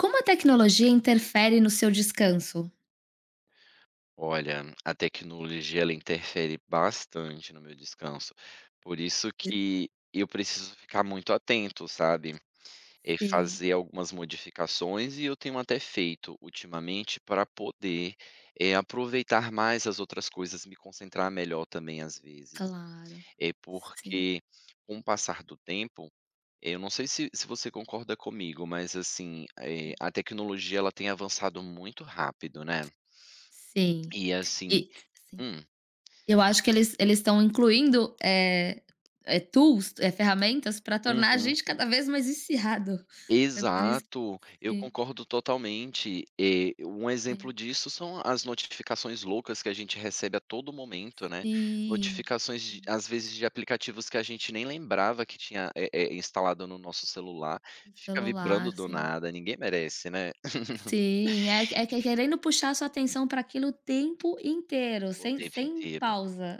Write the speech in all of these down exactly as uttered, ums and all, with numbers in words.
Como a tecnologia interfere no seu descanso? Olha, a tecnologia ela interfere bastante no meu descanso, por isso que eu preciso ficar muito atento, sabe, e Sim. fazer algumas modificações e eu tenho até feito ultimamente para poder, eh, aproveitar mais as outras coisas, me concentrar melhor também às vezes. Claro. É Sim, porque com o passar do tempo, eh, eu não sei se se você concorda comigo, mas assim, eh, a tecnologia ela tem avançado muito rápido, né, sim. e assim E sim. hum, Eu acho que eles eles estão incluindo, eh eh, tools, eh, ferramentas para tornar a uhum. gente cada vez mais viciado. É por isso Exato, que. eu Sim, concordo totalmente. Eh, um exemplo sim. disso são as notificações loucas que a gente recebe a todo momento, né. Sim, Notificações de sim. às vezes de aplicativos que a gente nem lembrava que tinha, eh eh, instalado no nosso celular, O fica vibrando celular, do sim. nada, ninguém merece, né, Sim, é é que é querendo puxar sua atenção para aquilo o tempo inteiro, o sem tempo sem inteiro. pausa.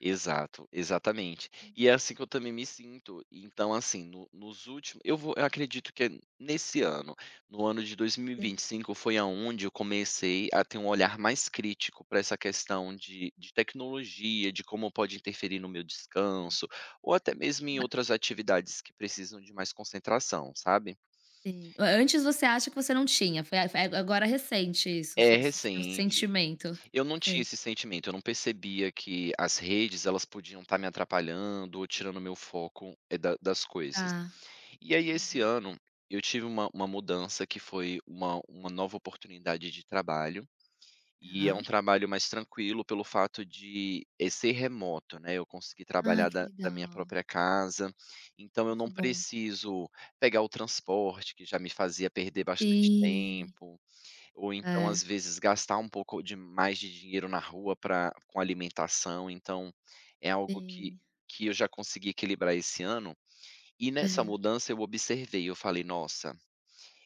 Exato, exatamente. E é assim que eu também me sinto. Então, assim, no nos últimos eu vou eu acredito que é nesse ano, no ano de Sim. dois mil e vinte e cinco foi aonde eu comecei a ter um olhar mais crítico para essa questão de de tecnologia, de como pode interferir no meu Ah. descanso, ou até mesmo em Ma outras atividades que precisam de mais concentração, sabe. Sim. A Antes você acha que você não tinha, foi a foi agora é recente isso, essa É esse seu recente. sentimento. Eu não tinha Sim. esse sentimento, eu não percebia que as redes, elas podiam estar me atrapalhando ou tirando meu foco, eh, da das coisas. Tá. E aí esse ano eu tive uma uma mudança que foi uma uma nova oportunidade de trabalho, e é um Tá. trabalho mais tranquilo pelo fato de, eh, ser remoto, né, eu consegui Ai, trabalhar que da da minha legal. própria casa, então Ai, eu que não bom. preciso pegar o transporte que já me fazia perder bastante Sim. tempo, ou então É. às vezes gastar um pouco de mais de dinheiro na rua pra com alimentação, então é algo que Sim. que eu já consegui equilibrar esse ano, e nessa Aham. mudança eu observei, eu falei: "Nossa,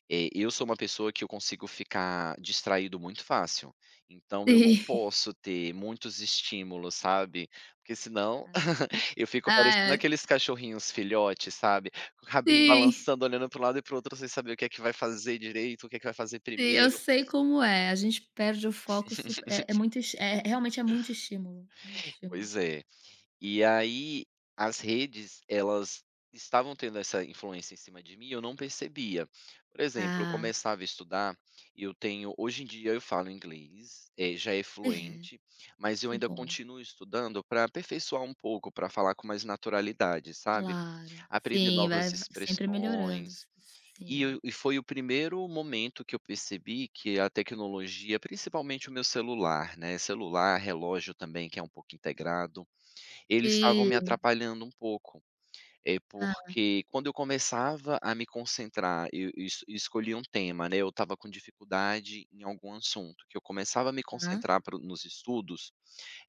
eh, eu sou uma pessoa que eu consigo ficar distraído muito fácil, então eu não Sim. posso ter muitos estímulos, sabe, porque senão Tá. eu fico Ah, parecendo é. aqueles cachorrinhos filhotes, sabe, com o rabinho Sim, balançando, olhando para um lado e para o outro sem saber o que é que vai fazer direito, o que é que vai fazer sim, eu primeiro". sei como é. A gente perde o foco. Supe é é muito es é realmente é muito estímulo, muito estímulo. Pois é. E aí, as redes, elas estavam tendo essa influência em cima de mim e eu não percebia. Por exemplo, eu Ah. começava a estudar e eu tenho hoje em dia eu falo inglês, eh, já é Aham. fluente, mas eu Que ainda bom. continuo estudando para aperfeiçoar um pouco, para falar com mais naturalidade, sabe. Claro. Aprender Sim, vai novas vai sempre melhorando. expressões. E Sim. eu e foi o primeiro momento que eu percebi que a tecnologia, principalmente o meu celular, né, celular, relógio também que é um pouco integrado, eles estavam me Sim. atrapalhando um pouco. É Ah, porque quando eu começava a me concentrar, eu eu es escolhia um tema, né, eu estava com dificuldade em algum assunto, que eu começava a me tá. concentrar para nos estudos,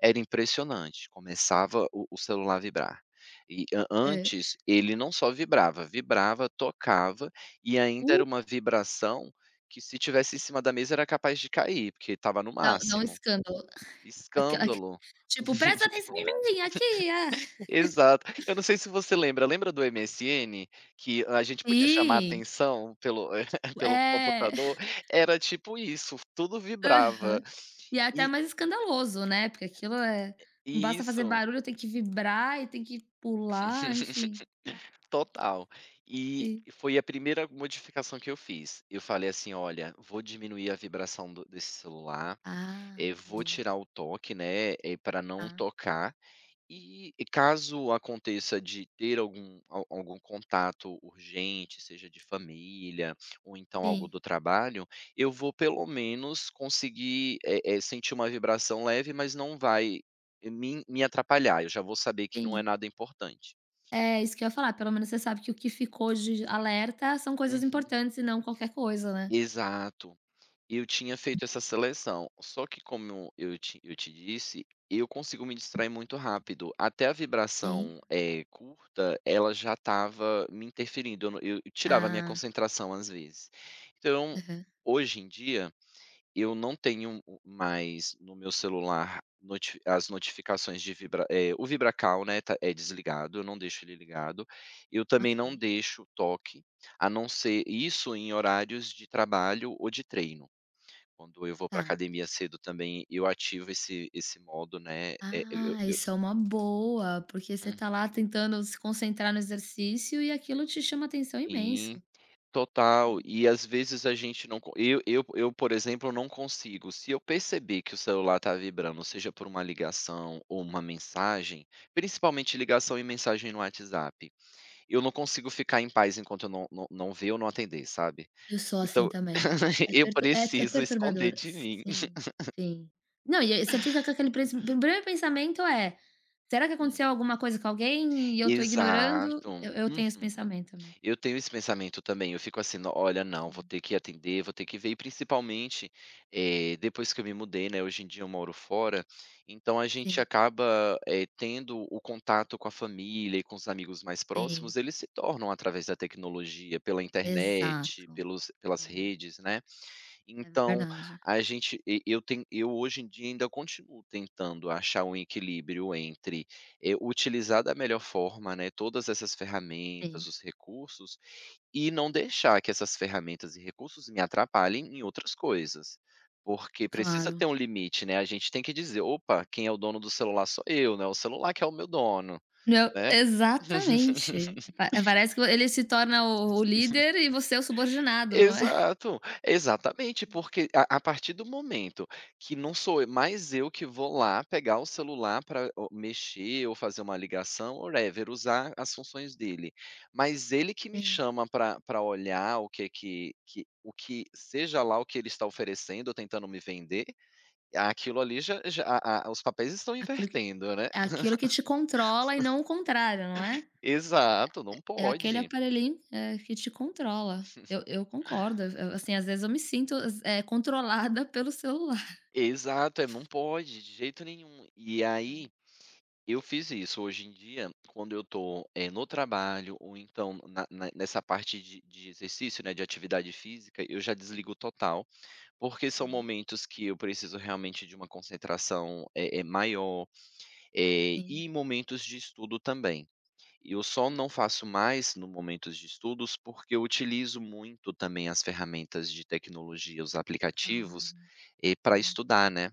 era impressionante, começava o o celular vibrar. E an É. antes, ele não só vibrava, vibrava, tocava, e ainda Uh. era uma vibração que se tivesse em cima da mesa era capaz de cair, porque estava no Dá um, dá um máximo. escândalo. Aquela aque Escândalo. Tipo: "Presta atenção em mim, aqui, ah". Exato. Eu não sei se você lembra, lembra do M S N? Que a gente podia chamar Sim. atenção pelo pelo É. computador? Era tipo isso, tudo vibrava. Aham. E é até E mais escandaloso, né, porque aquilo é não e basta fazer isso, barulho, tem que vibrar e tem que pular, enfim. total. E Sim. foi a primeira modificação que eu fiz. Eu falei assim: "Olha, vou diminuir a vibração do desse celular, eh, Ah, vou boa. tirar o toque, né, para não Tá. tocar". E e caso aconteça de ter algum al algum contato urgente, seja de família ou então algo Sim, do trabalho, eu vou pelo menos conseguir, eh eh, sentir uma vibração leve, mas não vai me me atrapalhar, eu já vou saber que não é sim. nada importante. É isso que eu ia falar, pelo menos você sabe que o que ficou de alerta são coisas Uhum. importantes e não qualquer coisa, né. Exato. E eu tinha feito essa seleção, só que como eu te eu te disse, eu consigo me distrair muito rápido. Até a Sim. vibração, eh, curta, ela já estava me interferindo, eu não eu eu tirava a minha Ah. concentração às vezes. Então, Aham. hoje em dia, eu não tenho o mais no meu celular noti as notificações de vibra eh, o VibraCal, né, tá é desligado, eu não deixo ele ligado. Eu também não Ok. deixo toque, a não ser isso em horários de trabalho ou de treino. Quando eu vou pra Tá. academia cedo também, eu ativo esse esse modo, né, eh, eu Ah, eu isso é uma boa, porque você hum. tá lá tentando se concentrar no exercício e aquilo te chama atenção Sim, imenso. total. E às vezes a gente não co eu eu eu, por exemplo, não consigo. Se eu perceber que o celular tá vibrando, seja por uma ligação ou uma mensagem, principalmente ligação e mensagem no WhatsApp, eu não consigo ficar em paz enquanto eu não não não ver ou não atender, sabe. Eu sou assim Então, também. É eu pertu é é preciso esconder perturbador. de mim. Sim, sim. Não, e aí você fica com aquele pres primeiro pensamento é: "Será que aconteceu alguma coisa com alguém e eu tô ignorando?" Exato. Eu eu tenho esse Uhum. pensamento também. Eu tenho esse pensamento também, eu fico assim: "No olha, não, vou Sim, ter que atender, vou ter que ver", e principalmente, eh, depois que eu me mudei, né, hoje em dia eu moro fora, então a gente sim, acaba, eh, tendo o contato com a família e com os amigos mais sim. próximos, eles se tornam através da tecnologia, pela internet, Exato. pelos pelas É, redes, né. é Então, verdade. a gente e eu tenho eu hoje em dia ainda continuo tentando achar um equilíbrio entre, eh, utilizar da melhor forma, né, todas essas Sim, ferramentas, os recursos, e não deixar que essas ferramentas e recursos me atrapalhem em outras coisas. Porque precisa claro. ter um limite, né, a gente tem que dizer: "Opa, quem é o dono do celular sou eu, né o celular que é o meu dono", Não, né. exatamente. Pa Parece que ele se torna o o líder e você é o subordinado, não é? Exato, exatamente, porque a a partir do momento que não sou mais eu que vou lá pegar o celular para mexer ou fazer uma ligação, ou whatever, usar as funções dele, mas ele que me Sim. chama para pra olhar o que é que que o que seja lá o que ele está oferecendo ou tentando me vender, aquilo ali já já a a os papéis estão Aquilo que invertendo, né. aquilo que te controla e não o contrário, não é? Exato, não É aquele pode. aparelhinho, eh, que te controla. Eu eu concordo, eu assim, às vezes eu me sinto, eh, controlada pelo celular. Exato, é, não pode de jeito nenhum. E aí eu fiz isso. Hoje em dia, quando eu estou no trabalho ou então na na nessa parte de de exercício, né, de atividade física, eu já desligo total, porque são Sim, momentos que eu preciso realmente de uma concentração, eh eh, maior, eh, sim, e momentos de estudo também. Eu só não faço mais no momentos de estudos, porque eu utilizo muito também as ferramentas de tecnologia, os claro. aplicativos, para estudar, né.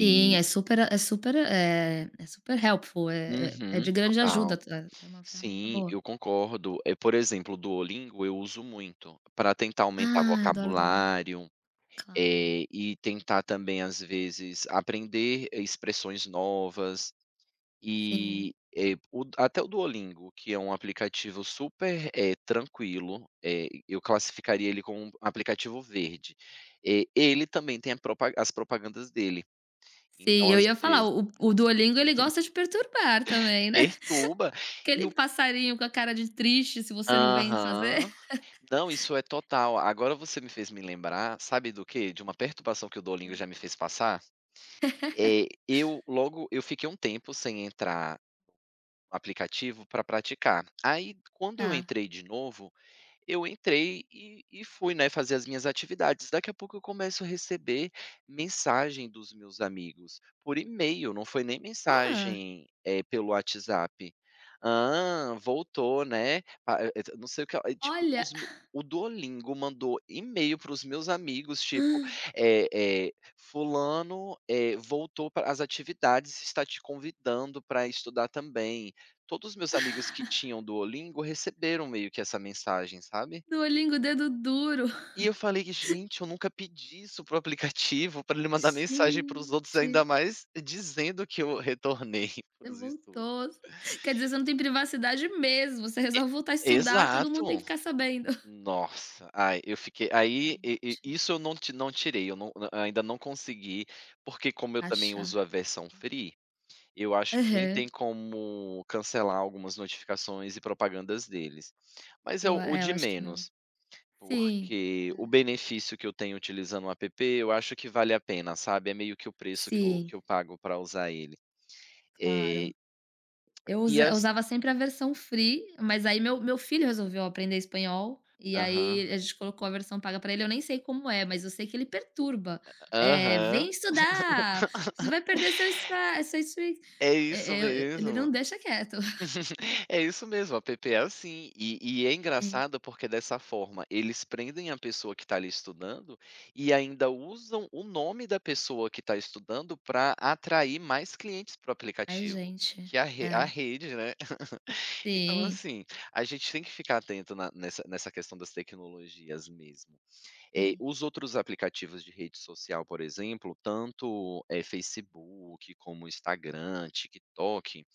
Sim, é super é super, eh, é super helpful, é é é uhum, de grande ajuda, total. é é uma ferramenta Sim, boa. eu concordo. Eh, por exemplo, o Duolingo eu uso muito para tentar aumentar Ah, eu adoro o Duolingo, vocabulário, claro, eh, e tentar também, às vezes, aprender eh, expressões novas sim. e, eh, o até o Duolingo, que é um aplicativo super, eh, tranquilo, eh, eu classificaria ele como um aplicativo verde, eh, ele também tem a propa as propagandas dele, Sim, então eu às ia falar, vezes o o Duolingo ele gosta de perturbar também, né. perturba e Aquele o passarinho com a cara de triste se você não vem fazer. aham. Não, isso é total. Agora você me fez me lembrar, sabe do quê? De uma perturbação que o Duolingo já me fez passar. Eh, eu logo eu fiquei um tempo sem entrar no aplicativo para praticar. Aí, quando eu Tá. entrei de novo, eu entrei e e fui, né, fazer as minhas atividades. Daqui a pouco eu começo a receber mensagem dos meus amigos, por e-mail, não foi nem Ah, mensagem, eh, pelo WhatsApp. Ah, voltou, né, pa" eh, eh, não sei o que, eh, tipo, olha, os me o Duolingo mandou e-mail para os meus amigos, tipo, eh eh, "Fulano, eh, voltou para as atividades, está te convidando para estudar também". Todos os meus amigos que tinham Duolingo receberam meio que essa mensagem, sabe. Duolingo dedo duro. E eu falei: que "Gente, eu nunca pedi isso pro aplicativo, para ele mandar mensagem para os outros, ainda Gente, mais dizendo que eu retornei você para os estudos". voltou. Quer dizer, você não tem privacidade mesmo, você resolve voltar a estudar, todo mundo tem que Exato. ficar sabendo. Nossa, ai, eu fiquei aí e Gente, e isso eu não ti não tirei, eu não n- ainda não consegui, porque como eu também achar. uso a versão free, eu acho que nem Aham. tem como cancelar algumas notificações e propagandas deles. Mas é Eu o a o É, eu de acho que não. menos. Sim. Porque o É. benefício que eu tenho utilizando o app, eu acho que vale a pena, sabe, é meio que o preço que eu Sim, que eu pago para usar ele. Eh, claro. Eu e usa eu assim usava sempre a versão free, mas aí meu meu filho resolveu aprender espanhol, e aham, aí a gente colocou a versão paga pra ele, eu nem sei como é, mas eu sei que ele perturba. Eh: "Vem aham, estudar, você vai perder seu espa seu esfri" é isso eh, eu ele mesmo, não deixa quieto. é isso mesmo, o app é assim. E e é Sim. engraçado porque dessa forma eles prendem a pessoa que está ali estudando, e ainda usam o nome da pessoa que está estudando para atrair mais clientes para o Ai aplicativo, gente, que é a re a é. rede, né. Então, Sim, assim, a gente tem que ficar atento na nessa nessa questão das tecnologias mesmo. Eh, sim, os outros aplicativos de rede social, por exemplo, tanto, eh, Facebook, como Instagram, TikTok,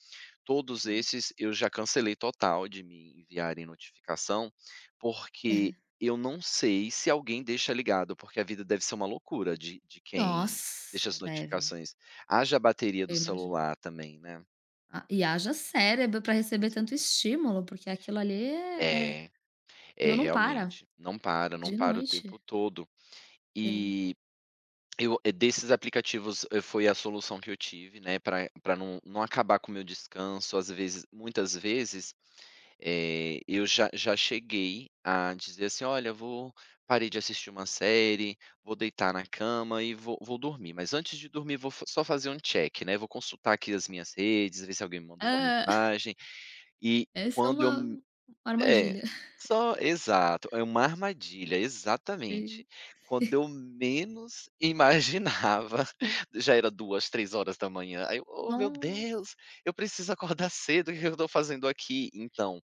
todos sim. esses eu já cancelei total de me enviarem notificação, porque Aham. eu não sei se alguém deixa ligado, porque a vida deve ser uma loucura de de quem deixa Nossa, as deve, notificações. Haja a bateria eu do imagino. celular também, né. Ah, e haja cérebro pra receber tanto estímulo, porque aquilo ali é é. É. É, Aquilo não para, realmente. Não é para, não de para o tempo noite. todo. Sim. E eu eh, desses aplicativos, eh, foi a solução que eu tive, né, para pra não não acabar com o meu descanso. Às vezes muitas vezes, eh, eu já já cheguei a dizer assim: "Olha, vou parei de assistir uma série, vou deitar na cama e vou vou dormir. Mas antes de dormir, vou fa só fazer um check, né, vou consultar aqui as minhas redes, ver se alguém me mandou uma Hã, mensagem". E essa é quando eu uma uma É, armadilha. só exato, é uma armadilha, Sim. exatamente. Quando eu menos imaginava, já era duas, três horas da manhã. Aí eu: "Oh, meu Nossa, Deus, eu preciso acordar cedo, o que eu estou fazendo aqui?". Então,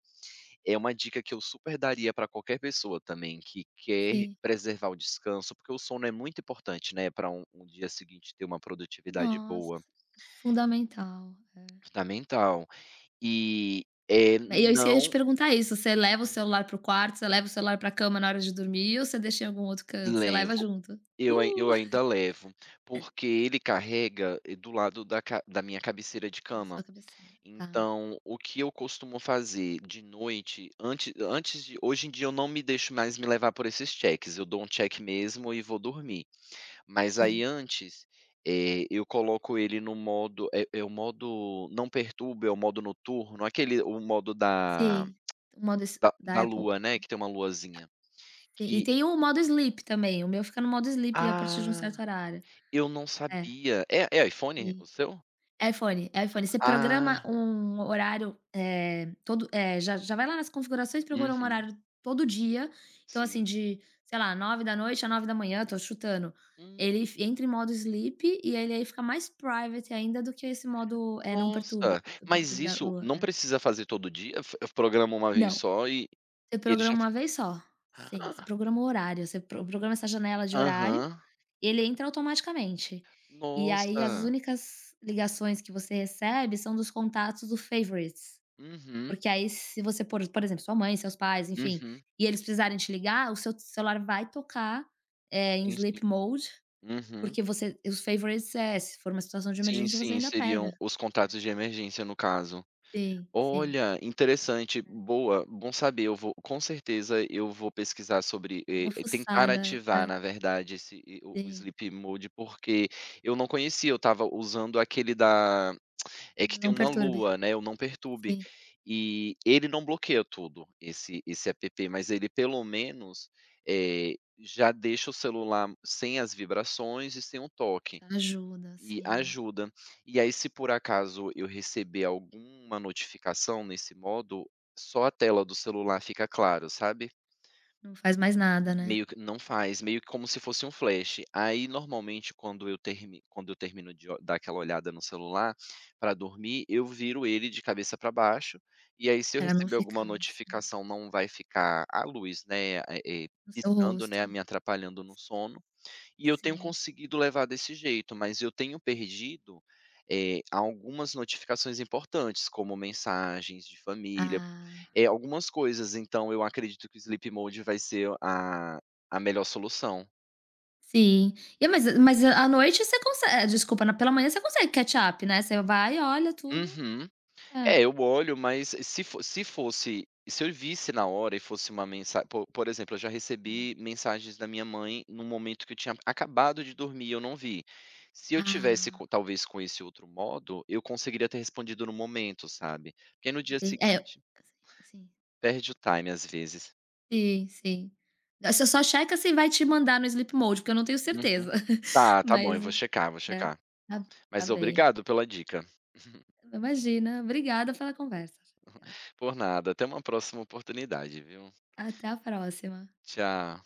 é uma dica que eu super daria para qualquer pessoa também que quer sim. preservar o descanso, porque o sono é muito importante, né, para um um dia seguinte ter uma produtividade Nossa, boa, fundamental. fundamental. E, é E eu Isso que eu ia te não perguntar isso, você leva o celular para o quarto, você leva o celular para cama na hora de dormir ou você deixa em algum outro canto? Você Uhum. leva junto? Eu ai Uh. eu ainda levo, porque ele carrega, eh, do lado da ca da minha cabeceira de Na sua cama. cabeceira. Tá, Então, o que eu costumo fazer de noite, antes antes de hoje em dia eu não me deixo mais me levar por esses cheques, eu dou um check mesmo e vou dormir. Mas aí sim. antes, eh, eu coloco ele no modo, é é o modo não perturba, é o modo noturno, aquele o modo da Sim, o modo s da da da Apple. lua, né, que tem uma luazinha. Sim, e Que tem o modo sleep também, o meu fica no modo sleep a partir de um Ah, certo horário. eu não É, sabia. É é iPhone sim. o seu? É iPhone, é iPhone. Você Ah, programa um horário, eh, todo eh, já já vai lá nas configurações, programa um uhum, horário todo dia. Então, sim. assim, de, sei lá, nove da noite a nove da manhã. Tô chutando. Hum, Ele f entra em modo sleep e ele aí fica mais private ainda do que esse modo, é não nossa, perturbe não mas perturbe da isso lua, não é. precisa fazer todo dia? F Eu programa uma vez Não, só e você e ele já... programa uma vez só. Sim, Ah, você programa o horário, você pro programa essa janela de horário, aham, ele entra automaticamente. E aí as nossa. únicas ligações que você recebe são dos contatos do favorites. Uhum, Porque aí se você por por exemplo, sua mãe, seus pais, enfim, uhum, e eles precisarem te ligar, o seu celular vai tocar, eh, em sim, sim. sleep mode, Uhum. porque você os favorites, eh, se for uma situação de Sim, emergência, você sim, ainda seriam pega. os contatos de emergência no caso. Sim, sim. Olha, interessante, boa, bom saber, eu vou, com certeza eu vou pesquisar sobre, Dá eh, uma eh, tentar fuçada. ativar É, na verdade esse, eh, o o sim. Sleep Mode, porque eu não conhecia, eu estava usando aquele da... É que tem Não uma perturbe. lua, né, Eu não perturbe. Sim. E ele não bloqueia tudo, esse esse app, mas ele pelo menos, eh, já deixa o celular sem as vibrações e sem o toque, Já ajuda, e sim. ajuda. E aí se por acaso eu receber alguma notificação nesse modo, só a tela do celular fica claro, sabe? Não faz mais nada, né, Meio que não faz, meio que como se fosse um flash. Aí, normalmente, quando eu termi quando eu termino de o dar aquela olhada no celular para dormir, eu viro ele de cabeça para baixo, e aí se eu pra não receber alguma ficar, assim, notificação, não vai ficar a luz, né, eh eh, no seu piscando, rosto. né, me atrapalhando no sono, e eu tenho Sim. conseguido levar desse jeito, mas eu tenho perdido, eh, algumas notificações importantes, como mensagens de família, Ah, é, algumas coisas, então eu acredito que o Sleep Mode vai ser a a melhor solução. sim. E mas mas à noite você consegue desculpa, na pela manhã você consegue catch up, né, você vai, olha tudo. Uhum. É. É, eu olho, mas se fo se fosse se eu visse na hora e fosse uma mensagem, po por exemplo, eu já recebi mensagens da minha mãe no momento que eu tinha acabado de dormir e eu não vi. Se eu tivesse Ah, co talvez com esse outro modo, eu conseguiria ter respondido no momento, sabe. Porque no dia entendi. É, seguinte sim, perde o time às vezes. sim, sim. Você só checa se vai te mandar no sleep mode, porque eu não tenho Uhum. certeza. Tá, tá bom, Mas eu vou checar, vou é, checar. tá tá Mas bem. obrigado pela dica. Imagina, obrigada pela conversa. Obrigada. Por nada, até uma próxima oportunidade, viu. Até a próxima. Tchau.